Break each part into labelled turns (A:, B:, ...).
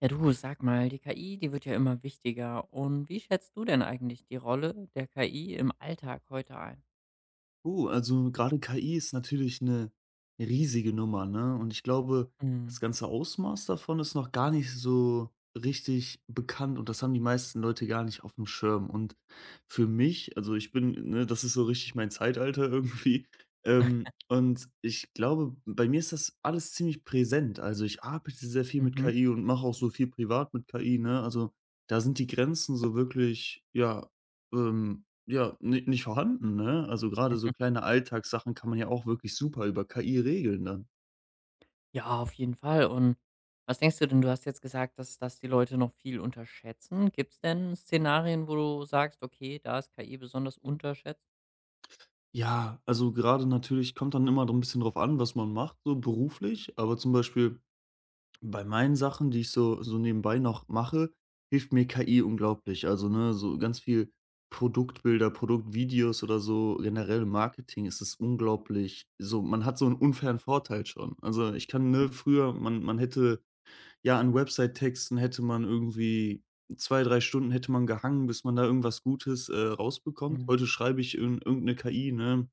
A: Ja, du, sag mal, die KI, die wird ja immer wichtiger. Und wie schätzt du denn eigentlich die Rolle der KI im Alltag heute ein?
B: Also gerade KI ist natürlich eine riesige Nummer, ne? Und ich glaube, das
A: Mhm.
B: ganze Ausmaß davon ist noch gar nicht so richtig bekannt und das haben die meisten Leute gar nicht auf dem Schirm. Und für mich, also ich bin, ne, das ist so richtig mein Zeitalter irgendwie, und ich glaube, bei mir ist das alles ziemlich präsent. Also, ich arbeite sehr viel mit
A: Mhm.
B: KI und mache auch so viel privat mit KI, ne? Also, da sind die Grenzen so wirklich, ja, ähm ja, ni nicht vorhanden, ne? Also, gerade so kleine Alltagssachen kann man ja auch wirklich super über KI regeln dann.
A: Ja, auf jeden Fall. Und was denkst du denn? Du hast jetzt gesagt, dass das die Leute noch viel unterschätzen. Gibt es denn Szenarien, wo du sagst, okay, da ist KI besonders unterschätzt?
B: Ja, also, gerade natürlich kommt dann immer so ein bisschen drauf an, was man macht, so beruflich, aber zum Beispiel bei meinen Sachen, die ich so nebenbei noch mache, hilft mir KI unglaublich. Also, ne, so ganz viel Produktbilder, Produktvideos oder so, generell im Marketing ist es unglaublich, so man hat so einen unfairen Vorteil schon. Also, ich kann, ne, früher man hätte, ja, an Website-Texten hätte man irgendwie 2 3 Stunden hätte man gehangen, bis man da irgendwas Gutes, rausbekommt.
A: Mhm.
B: Heute schreibe ich in irgend 'ne KI, ne,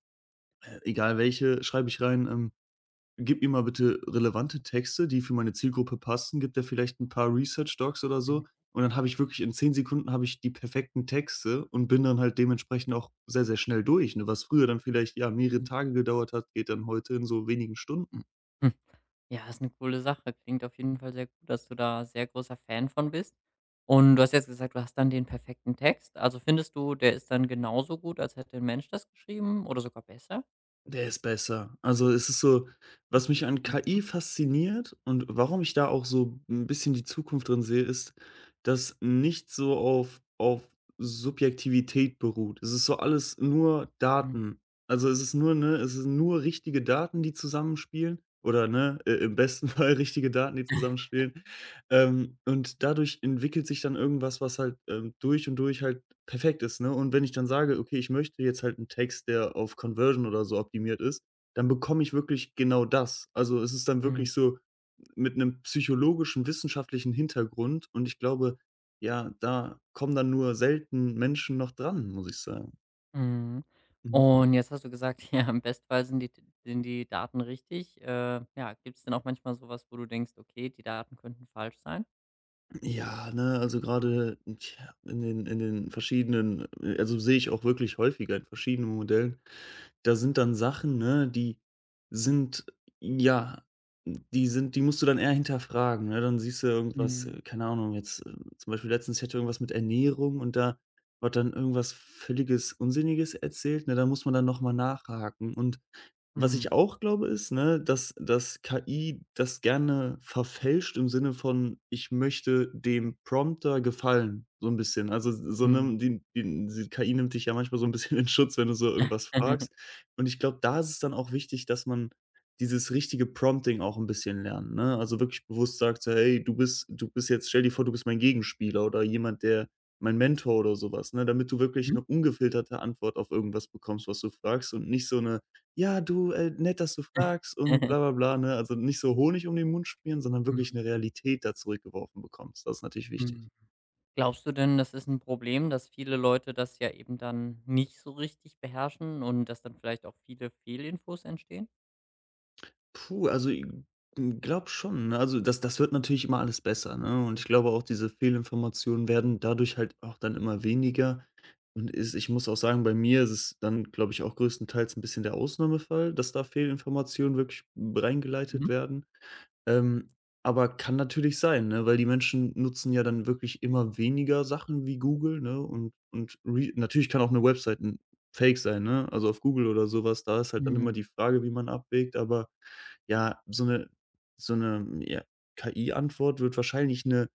B: egal welche, schreibe ich rein, „Gib mir mal bitte relevante Texte, die für meine Zielgruppe passen.“ Gibt der vielleicht ein paar Research Docs oder so, und dann habe ich wirklich in 10 Sekunden habe ich die perfekten Texte und bin dann halt dementsprechend auch sehr, sehr schnell durch, ne? Was früher dann vielleicht, ja, mehrere
A: Mhm.
B: Tage gedauert hat, geht dann heute in so wenigen Stunden.
A: Ja, ist eine coole Sache. Klingt auf jeden Fall sehr gut, dass du da sehr großer Fan von bist. Und du hast jetzt gesagt, du hast dann den perfekten Text. Also, findest du, der ist dann genauso gut, als hätte ein Mensch das geschrieben oder sogar besser?
B: Der ist besser. Also, es ist so, was mich an
A: Mhm,
B: KI fasziniert und warum ich da auch so ein bisschen die Zukunft drin sehe, ist, dass nicht so auf Subjektivität beruht. Es ist so alles nur
A: mhm,
B: Daten. Also, es ist nur, ne, es sind nur richtige Daten, die zusammenspielen, oder, ne, i im besten Fall richtige Daten, die zusammenspielen. Und dadurch entwickelt sich dann irgendwas, was halt, durch und durch halt perfekt ist, ne? Und wenn ich dann sage: „Okay, ich möchte jetzt halt einen Text, der auf Conversion oder so optimiert ist“, dann bekomme ich wirklich genau das. Also, es ist dann
A: mhm,
B: wirklich so mit einem psychologischen, wissenschaftlichen Hintergrund, und ich glaube, ja, da kommen dann nur selten Menschen noch dran, muss ich sagen.
A: mhm.
B: Mhm.
A: Und jetzt hast du gesagt, ja, im Bestfall sind die Daten richtig. Ja, gibt es denn auch manchmal sowas, wo du denkst: „Okay, die Daten könnten falsch sein?“
B: Ja, ne, also gerade, tja, in den verschiedenen, also sehe ich auch wirklich häufiger in verschiedenen Modellen, da sind dann Sachen, ne, die sind, ja, die musst du dann eher hinterfragen, ne? Dann siehst du irgendwas,
A: Mhm,
B: keine Ahnung, jetzt, zum Beispiel letztens, ich hatte irgendwas mit Ernährung und da wird dann irgendwas völliges Unsinniges erzählt, ne? Da muss man dann nochmal nachhaken. Und was ich
A: mhm,
B: auch glaube, ist, ne, dass KI das gerne verfälscht im Sinne von: „Ich möchte dem Prompter gefallen“, so ein bisschen. Also, so,
A: mhm.
B: ne, die KI nimmt dich ja manchmal so ein bisschen in Schutz, wenn du so irgendwas fragst. Und ich glaube, da ist es dann auch wichtig, dass man dieses richtige Prompting auch ein bisschen lernt, ne? Also, wirklich bewusst sagt so: „Hey, du bist jetzt, stell dir vor, du bist mein Gegenspieler oder jemand, der mein Mentor oder sowas, ne? Damit du wirklich
A: Mhm.
B: eine ungefilterte Antwort auf irgendwas bekommst, was du fragst und nicht so eine: ‚Ja, du, nett, dass du fragst‘ und bla bla bla, ne? Also, nicht so Honig um den Mund schmieren, sondern
A: Mhm,
B: wirklich eine Realität da zurückgeworfen bekommst. Das ist natürlich wichtig.
A: mhm. Glaubst du denn, das ist ein Problem, dass viele Leute das ja eben dann nicht so richtig beherrschen und dass dann vielleicht auch viele Fehlinfos entstehen?
B: Puh, also i glaube schon, ne? Also, das wird natürlich immer alles besser, ne? Und ich glaube auch, diese Fehlinformationen werden dadurch halt auch dann immer weniger, und ist, ich muss auch sagen, bei mir ist es dann, glaube ich, auch größtenteils ein bisschen der Ausnahmefall, dass da Fehlinformationen wirklich
A: Mhm.
B: reingeleitet werden. Ähm, aber kann natürlich sein, ne, weil die Menschen nutzen ja dann wirklich immer weniger Sachen wie Google, ne, und re natürlich kann auch eine Website ein Fake sein, ne? Also, auf Google oder sowas, da ist halt dann immer
A: Mhm.
B: die Frage, wie man abwägt, aber ja, so eine, so eine, hm, ja, KI-Antwort wird wahrscheinlich eine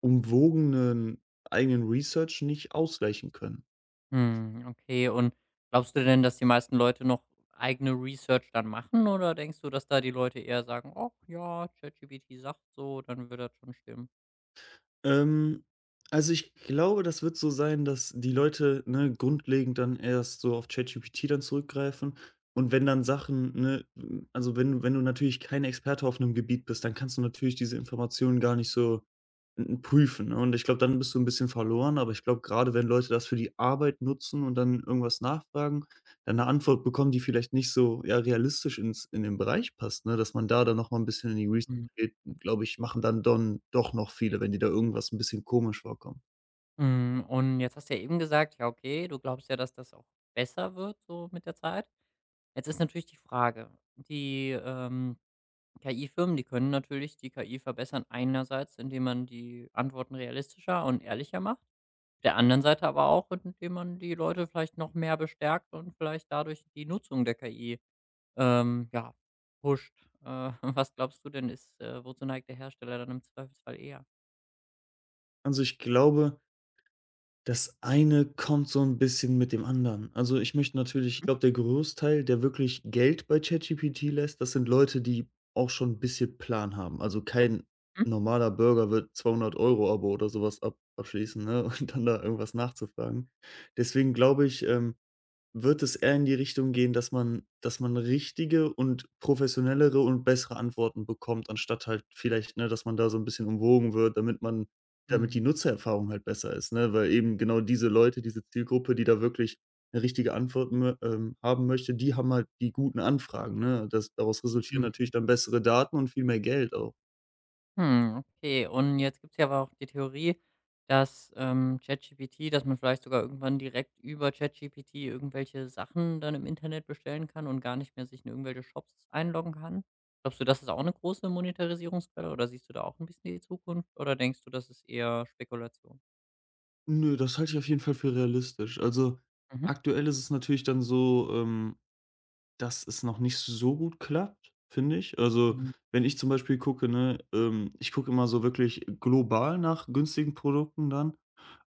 B: umwogenen eigenen Research nicht ausgleichen können.
A: Mhm, okay. Und glaubst du denn, dass die meisten Leute noch eigene Research dann machen oder denkst du, dass da die Leute eher sagen: „Ach ja, ChatGPT sagt so, dann wird das schon stimmen?“
B: Ähm, also, ich glaube, das wird so sein, dass die Leute, ne, grundlegend dann erst so auf ChatGPT dann zurückgreifen, und wenn dann Sachen, ne, hm, also, wenn du natürlich kein Experte auf einem Gebiet bist, dann kannst du natürlich diese Informationen gar nicht so, hm, prüfen, ne? Und ich glaube, dann bist du ein bisschen verloren, aber ich glaube, gerade wenn Leute das für die Arbeit nutzen und dann irgendwas nachfragen, dann eine Antwort bekommen, die vielleicht nicht so, ja, realistisch ins in den Bereich passt, ne, dass man da dann noch mal 'n bisschen in die Research
A: Mhm.
B: geht, glaube ich, machen dann don doch noch viele, wenn die da irgendwas ein bisschen komisch vorkommt.
A: Mhm, und jetzt hast du ja eben gesagt, ja, okay, du glaubst ja, dass das auch besser wird so mit der Zeit. Jetzt ist natürlich die Frage, die KI-Firmen, die können natürlich die KI verbessern, einerseits, indem man die Antworten realistischer und ehrlicher macht, der anderen Seite aber auch, indem man die Leute vielleicht noch mehr bestärkt und vielleicht dadurch die Nutzung der KI, ähm, ja, pusht. Was glaubst du denn, ist wozu neigt der Hersteller dann im Zweifelsfall eher?
B: Also, ich glaube, das eine kommt so ein bisschen mit dem anderen. Also, ich möchte natürlich, ich glaube, der Großteil, der wirklich Geld bei ChatGPT lässt, das sind Leute, die auch schon ein bisschen Plan haben. Also, kein normaler Bürger wird 200 € Abo oder sowas ab abschließen, ne, und dann da irgendwas nachzufragen. Deswegen glaube ich, wird es eher in die Richtung gehen, dass man richtige und professionellere und bessere Antworten bekommt, anstatt halt vielleicht, ne, dass man da so ein bisschen umwogen wird, damit man, damit
A: Mhm.
B: die Nutzererfahrung halt besser ist, ne? Weil eben genau diese Leute, diese Zielgruppe, die da wirklich eine richtige Antwort mö haben möchte, die haben halt die guten Anfragen, ne? Das, daraus resultieren
A: Mhm.
B: natürlich dann bessere Daten und viel mehr Geld auch.
A: Hm, okay. Und jetzt gibt es ja aber auch die Theorie, dass, ChatGPT dass man vielleicht sogar irgendwann direkt über ChatGPT irgendwelche Sachen dann im Internet bestellen kann und gar nicht mehr sich in irgendwelche Shops einloggen kann. Glaubst du, das ist auch eine große Monetarisierungsquelle oder siehst du da auch ein bisschen die Zukunft oder denkst du, das ist eher Spekulation?
B: Nö, das halte ich auf jeden Fall für realistisch. Also,
A: Mhm.
B: aktuell ist es natürlich dann so, dass es noch nicht so gut klappt, finde ich. Also,
A: Mhm.
B: wenn ich zum Beispiel gucke, ne, ich gucke immer so wirklich global nach günstigen Produkten dann,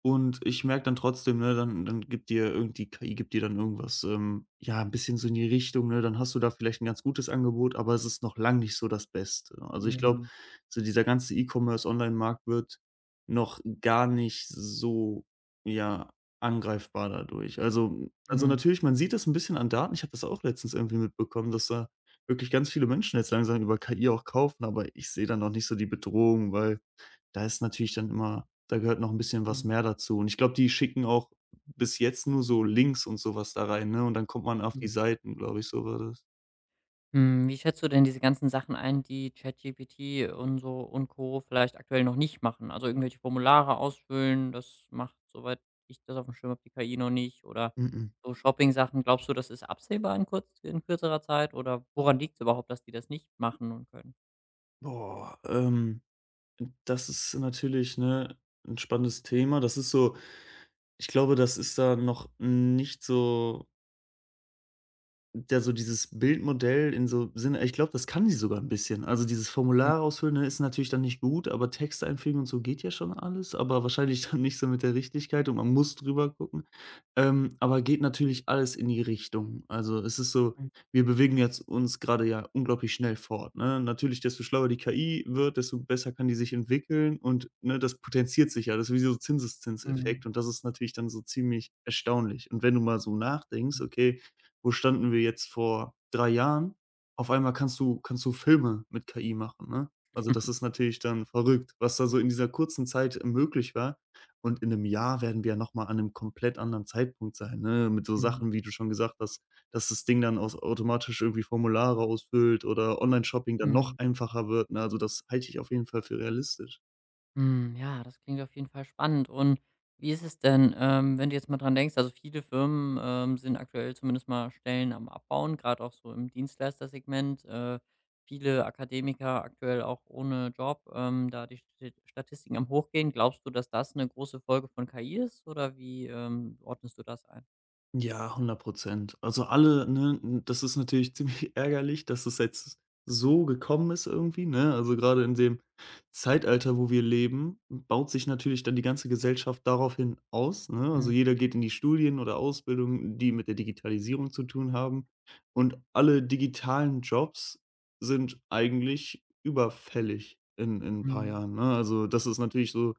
B: und ich merke dann trotzdem, ne, dann dann gibt dir irgend die KI gibt dir dann irgendwas, ja, ein bisschen so in die Richtung, ne? Dann hast du da vielleicht ein ganz gutes Angebot, aber es ist noch lang nicht so das Beste. Also, ich glaube,
A: Mhm.
B: so dieser ganze E-Commerce Online Markt wird noch gar nicht so, ja, angreifbar dadurch. Also,
A: Mhm.
B: natürlich, man sieht das ein bisschen an Daten. Ich habe das auch letztens irgendwie mitbekommen, dass da wirklich ganz viele Menschen jetzt langsam über KI auch kaufen, aber ich sehe da noch nicht so die Bedrohung, weil, da ist natürlich dann immer, da gehört noch ein bisschen was mehr dazu. Und ich glaube, die schicken auch bis jetzt nur so Links und sowas da rein, ne? Und dann kommt man auf die
A: Mhm.
B: Seiten, glaube ich, so war das.
A: Hm, wie schätzt du denn diese ganzen Sachen ein, die ChatGPT und so und Co. vielleicht aktuell noch nicht machen? Also, irgendwelche Formulare ausfüllen, das macht, soweit ich das auf dem Schirm habe, die KI noch nicht oder
B: Mhm.
A: so Shopping-Sachen. Glaubst du, das ist absehbar in kurz in kürzerer Zeit oder woran liegt es überhaupt, dass die das nicht machen und können?
B: Boah, das ist natürlich, ne, ein spannendes Thema. Das ist so, ich glaube, das ist da noch nicht so, da so dieses Bildmodell in so Sinne, ich glaube, das kann sie sogar ein bisschen. Also, dieses
A: Mhm,
B: Formular ausfüllen, ne, ist natürlich dann nicht gut, aber Text einfügen und so geht ja schon alles, aber wahrscheinlich dann nicht so mit der Richtigkeit und man muss drüber gucken. Aber geht natürlich alles in die Richtung. Also, es ist so,
A: mhm,
B: wir bewegen jetzt uns gerade ja unglaublich schnell fort, ne? Natürlich, desto schlauer die KI wird, desto besser kann die sich entwickeln und, ne, das potenziert sich ja. Das ist wie so ein
A: mhm,
B: Zinseszinseffekt und das ist natürlich dann so ziemlich erstaunlich. Und wenn du mal so nachdenkst:
A: mhm,
B: „Okay, wo standen wir jetzt vor 3 Jahren? Auf einmal kannst du Filme mit KI machen, ne? Also, das ist natürlich dann verrückt, was da so in dieser kurzen Zeit, möglich war. Und in 1 Jahr werden wir ja noch mal an einem komplett anderen Zeitpunkt sein, ne? Mit so Sachen, wie du schon gesagt hast, dass das Ding dann aus automatisch irgendwie Formulare ausfüllt oder Online-Shopping dann noch
A: mhm.
B: einfacher wird, ne? Also, das halte ich auf jeden Fall für realistisch.
A: Hm, ja, das klingt auf jeden Fall spannend. Und wie ist es denn, wenn du jetzt mal dran denkst, also viele Firmen sind aktuell zumindest mal Stellen am Abbauen, gerade auch so im Dienstleistersegment. Viele Akademiker aktuell auch ohne Job, da die Statistiken am Hochgehen. Glaubst du, dass das eine große Folge von KI ist oder wie ordnest du das ein?
B: Ja, 100%. Also, alle, ne, n das ist natürlich ziemlich ärgerlich, dass es jetzt so gekommen ist irgendwie, ne? Also, gerade in dem Zeitalter, wo wir leben, baut sich natürlich dann die ganze Gesellschaft daraufhin aus, ne? Also,
A: Mhm.
B: jeder geht in die Studien oder Ausbildungen, die mit der Digitalisierung zu tun haben. Und alle digitalen Jobs sind eigentlich überfällig in 'n paar
A: Mhm.
B: Jahren, ne? Also, das ist natürlich so.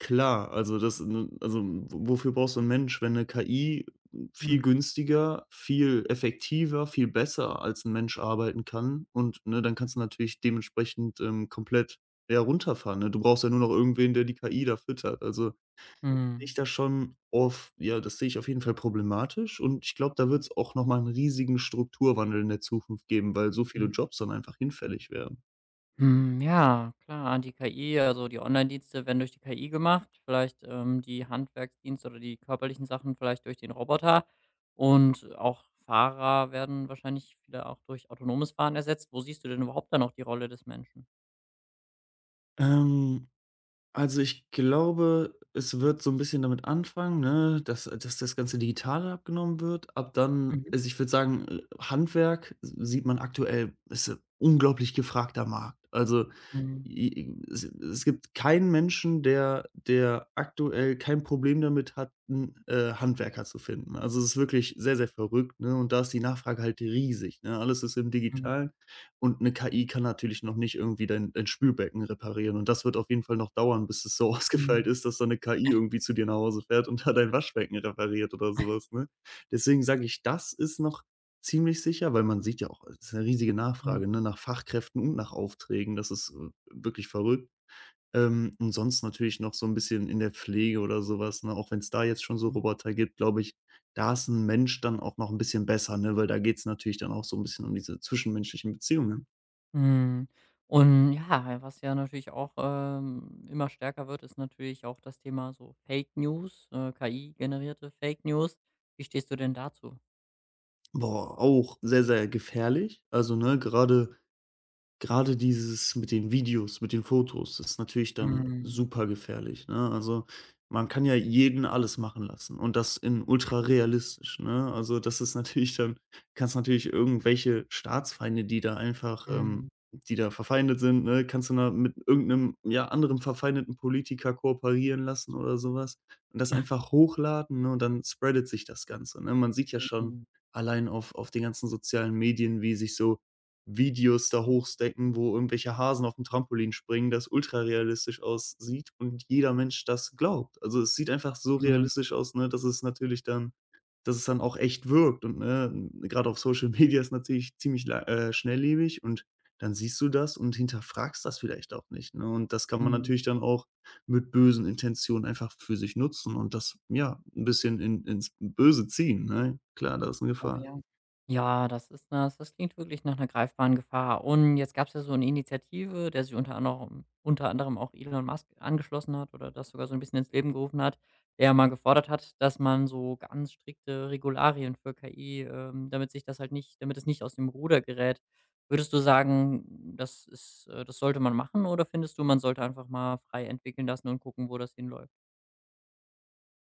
B: Klar, also das n also w wofür brauchst du einen Mensch, wenn 'ne KI viel günstiger, viel effektiver, viel besser als ein Mensch arbeiten kann und, ne, dann kannst du natürlich dementsprechend, komplett, ja, runterfahren, ne? Du brauchst ja nur noch irgendwen, der die KI da füttert. Also, sehe ich
A: Mhm.
B: das schon auf ja, das sehe ich auf jeden Fall problematisch und ich glaube, da wird es auch noch mal 'n riesigen Strukturwandel in der Zukunft geben, weil so viele
A: Mhm.
B: Jobs dann einfach hinfällig werden.
A: Hm, ja, klar, die KI, also die Online-Dienste werden durch die KI gemacht, vielleicht, die Handwerksdienste oder die körperlichen Sachen vielleicht durch den Roboter und auch Fahrer werden wahrscheinlich viele auch durch autonomes Fahren ersetzt. Wo siehst du denn überhaupt dann noch die Rolle des Menschen?
B: Ähm Also, ich glaube, es wird so ein bisschen damit anfangen, ne, dass das ganze Digitale abgenommen wird. Ab dann
A: Mhm.
B: also, ich würde sagen, Handwerk sieht man aktuell, ist 'n unglaublich gefragter Markt. Also,
A: Mhm.
B: es gibt keinen Menschen, der aktuell kein Problem damit hat, 'n, Handwerker zu finden. Also, es ist wirklich sehr, sehr verrückt, ne, und da ist die Nachfrage halt riesig, ne? Alles ist im
A: Mhm.
B: Digitalen. Und eine KI kann natürlich noch nicht irgendwie dein Spülbecken reparieren. Und das wird auf jeden Fall noch dauern, bis es so ausgefeilt
A: Mhm.
B: ist, dass da 'ne KI irgendwie zu dir nach Hause fährt und da dein Waschbecken repariert oder so was, ne? Deswegen sage ich, das ist noch ziemlich sicher, weil man sieht ja auch, es ist 'ne riesige Nachfrage,
A: Mhm.
B: ne, nach Fachkräften und nach Aufträgen. Das ist, wirklich verrückt. Und sonst natürlich noch so 'n bisschen in der Pflege oder so was, ne? Auch wenn's da jetzt schon so
A: Mhm.
B: Roboter gibt, glaube ich, da ist 'n Mensch dann auch noch 'n bisschen besser, ne? Weil da geht's natürlich dann auch so 'n bisschen um diese zwischenmenschlichen Beziehungen.
A: Mhm. Und ja, was ja natürlich auch, immer stärker wird, ist natürlich auch das Thema so Fake News, KI-generierte Fake News. Wie stehst du denn dazu?
B: Boah, auch sehr, sehr gefährlich. Also, ne, gerade dieses mit den Videos, mit den Fotos ist natürlich dann
A: Mhm.
B: super gefährlich, ne? Also, man kann ja jeden alles machen lassen und das in ultrarealistisch, ne? Also, das ist natürlich dann kannst natürlich irgendwelche Staatsfeinde, die da einfach
A: Mhm,
B: die da verfeindet sind, ne, kannst du da mit irgendeinem ja, anderen verfeindeten Politiker kooperieren lassen oder sowas und das einfach hochladen, ne, und dann spreadet sich das Ganze, ne? Man sieht ja schon
A: mhm,
B: allein auf den ganzen sozialen Medien, wie sich so Videos da hochstecken, wo irgendwelche Hasen auf dem Trampolin springen, das ultrarealistisch aussieht und jeder Mensch das glaubt. Also, es sieht einfach so
A: mhm,
B: realistisch aus, ne, dass es natürlich dann dass es dann auch echt wirkt und, ne, gerade auf Social Media ist natürlich ziemlich la schnelllebig und dann siehst du das und hinterfragst das vielleicht auch nicht, ne? Und das kann man
A: mhm.
B: natürlich dann auch mit bösen Intentionen einfach für sich nutzen und das, ja, ein bisschen in ins Böse ziehen, ne? Klar, da ist 'ne
A: Oh
B: Gefahr.
A: ja. Ja, das ist 'ne das klingt wirklich nach einer greifbaren Gefahr. Und jetzt gab es ja so eine Initiative, der sich unter anderem auch Elon Musk angeschlossen hat oder das sogar so ein bisschen ins Leben gerufen hat, der mal gefordert hat, dass man so ganz strikte Regularien für KI, damit sich das halt nicht damit es nicht aus dem Ruder gerät. Würdest du sagen, das ist das sollte man machen oder findest du, man sollte einfach mal frei entwickeln lassen und gucken, wo das hinläuft?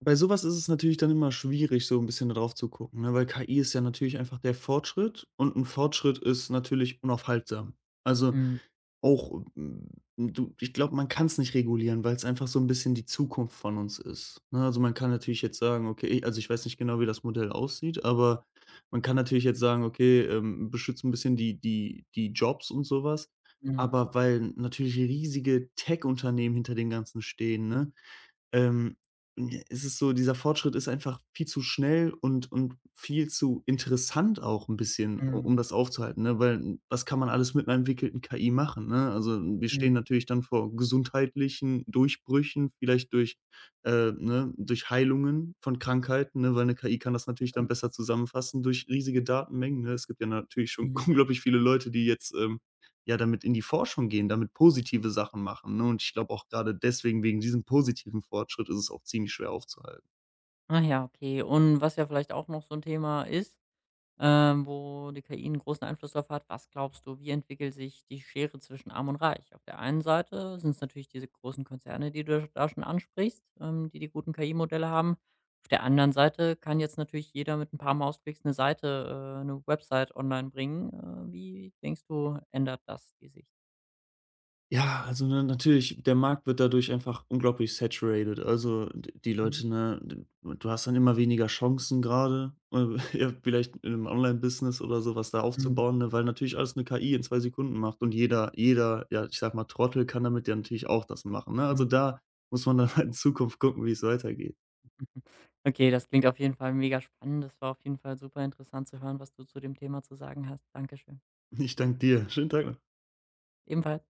B: Bei sowas ist es natürlich dann immer schwierig, so ein bisschen da drauf zu gucken, ne, weil KI ist ja natürlich einfach der Fortschritt und ein Fortschritt ist natürlich unaufhaltsam. Also,
A: Mhm,
B: auch, du ich glaube, man kann es nicht regulieren, weil es einfach so ein bisschen die Zukunft von uns ist, ne? Also, man kann natürlich jetzt sagen, okay also, ich weiß nicht genau, wie das Modell aussieht, aber man kann natürlich jetzt sagen: „Okay, beschützt 'n bisschen die Jobs und sowas."
A: mhm,
B: Aber weil natürlich riesige Tech-Unternehmen hinter dem Ganzen stehen, ne? ähm, j Es ist so, dieser Fortschritt ist einfach viel zu schnell und viel zu interessant auch ein bisschen, u um
A: mhm,
B: das aufzuhalten, ne? Weil, was kann man alles mit 'ner entwickelten KI machen, ne? Also, wir stehen
A: mhm.
B: natürlich dann vor gesundheitlichen Durchbrüchen, vielleicht durch, ne durch Heilungen von Krankheiten, ne? Weil 'ne KI kann das natürlich dann besser zusammenfassen durch riesige Datenmengen, ne? Es gibt ja natürlich schon
A: Mhm.
B: unglaublich viele Leute, die jetzt, ja, damit in die Forschung gehen, damit positive Sachen machen, ne? Und ich glaube auch gerade deswegen, wegen diesem positiven Fortschritt ist es auch ziemlich schwer aufzuhalten.
A: Ah ja, okay. Und was ja vielleicht auch noch so ein Thema ist, wo die KI einen großen Einfluss darauf hat, was glaubst du, wie entwickelt sich die Schere zwischen Arm und Reich? Auf der einen Seite sind es natürlich diese großen Konzerne, die du da schon ansprichst, die die guten KI-Modelle haben. Auf der anderen Seite kann jetzt natürlich jeder mit ein paar Mausklicks eine Seite 'ne Website online bringen. Wie denkst du, ändert das die Sicht?
B: Ja, also, ne, natürlich, der Markt wird dadurch einfach unglaublich saturated. Also, d die
A: Mhm,
B: Leute, ne d du hast dann immer weniger Chancen gerade ja, vielleicht in 'nem Online-Business oder so was da
A: mhm,
B: aufzubauen, ne, weil natürlich alles 'ne KI in 2 Sekunden macht und jeder, ja, ich sag mal, Trottel kann damit ja natürlich auch das machen, ne? Also,
A: mhm.
B: da muss man dann halt in Zukunft gucken, wie es weitergeht.
A: Okay, das klingt auf jeden Fall mega spannend. Das war auf jeden Fall super interessant zu hören, was du zu dem Thema zu sagen hast. Dankeschön.
B: Ich danke dir. Schönen Tag noch.
A: Ebenfalls.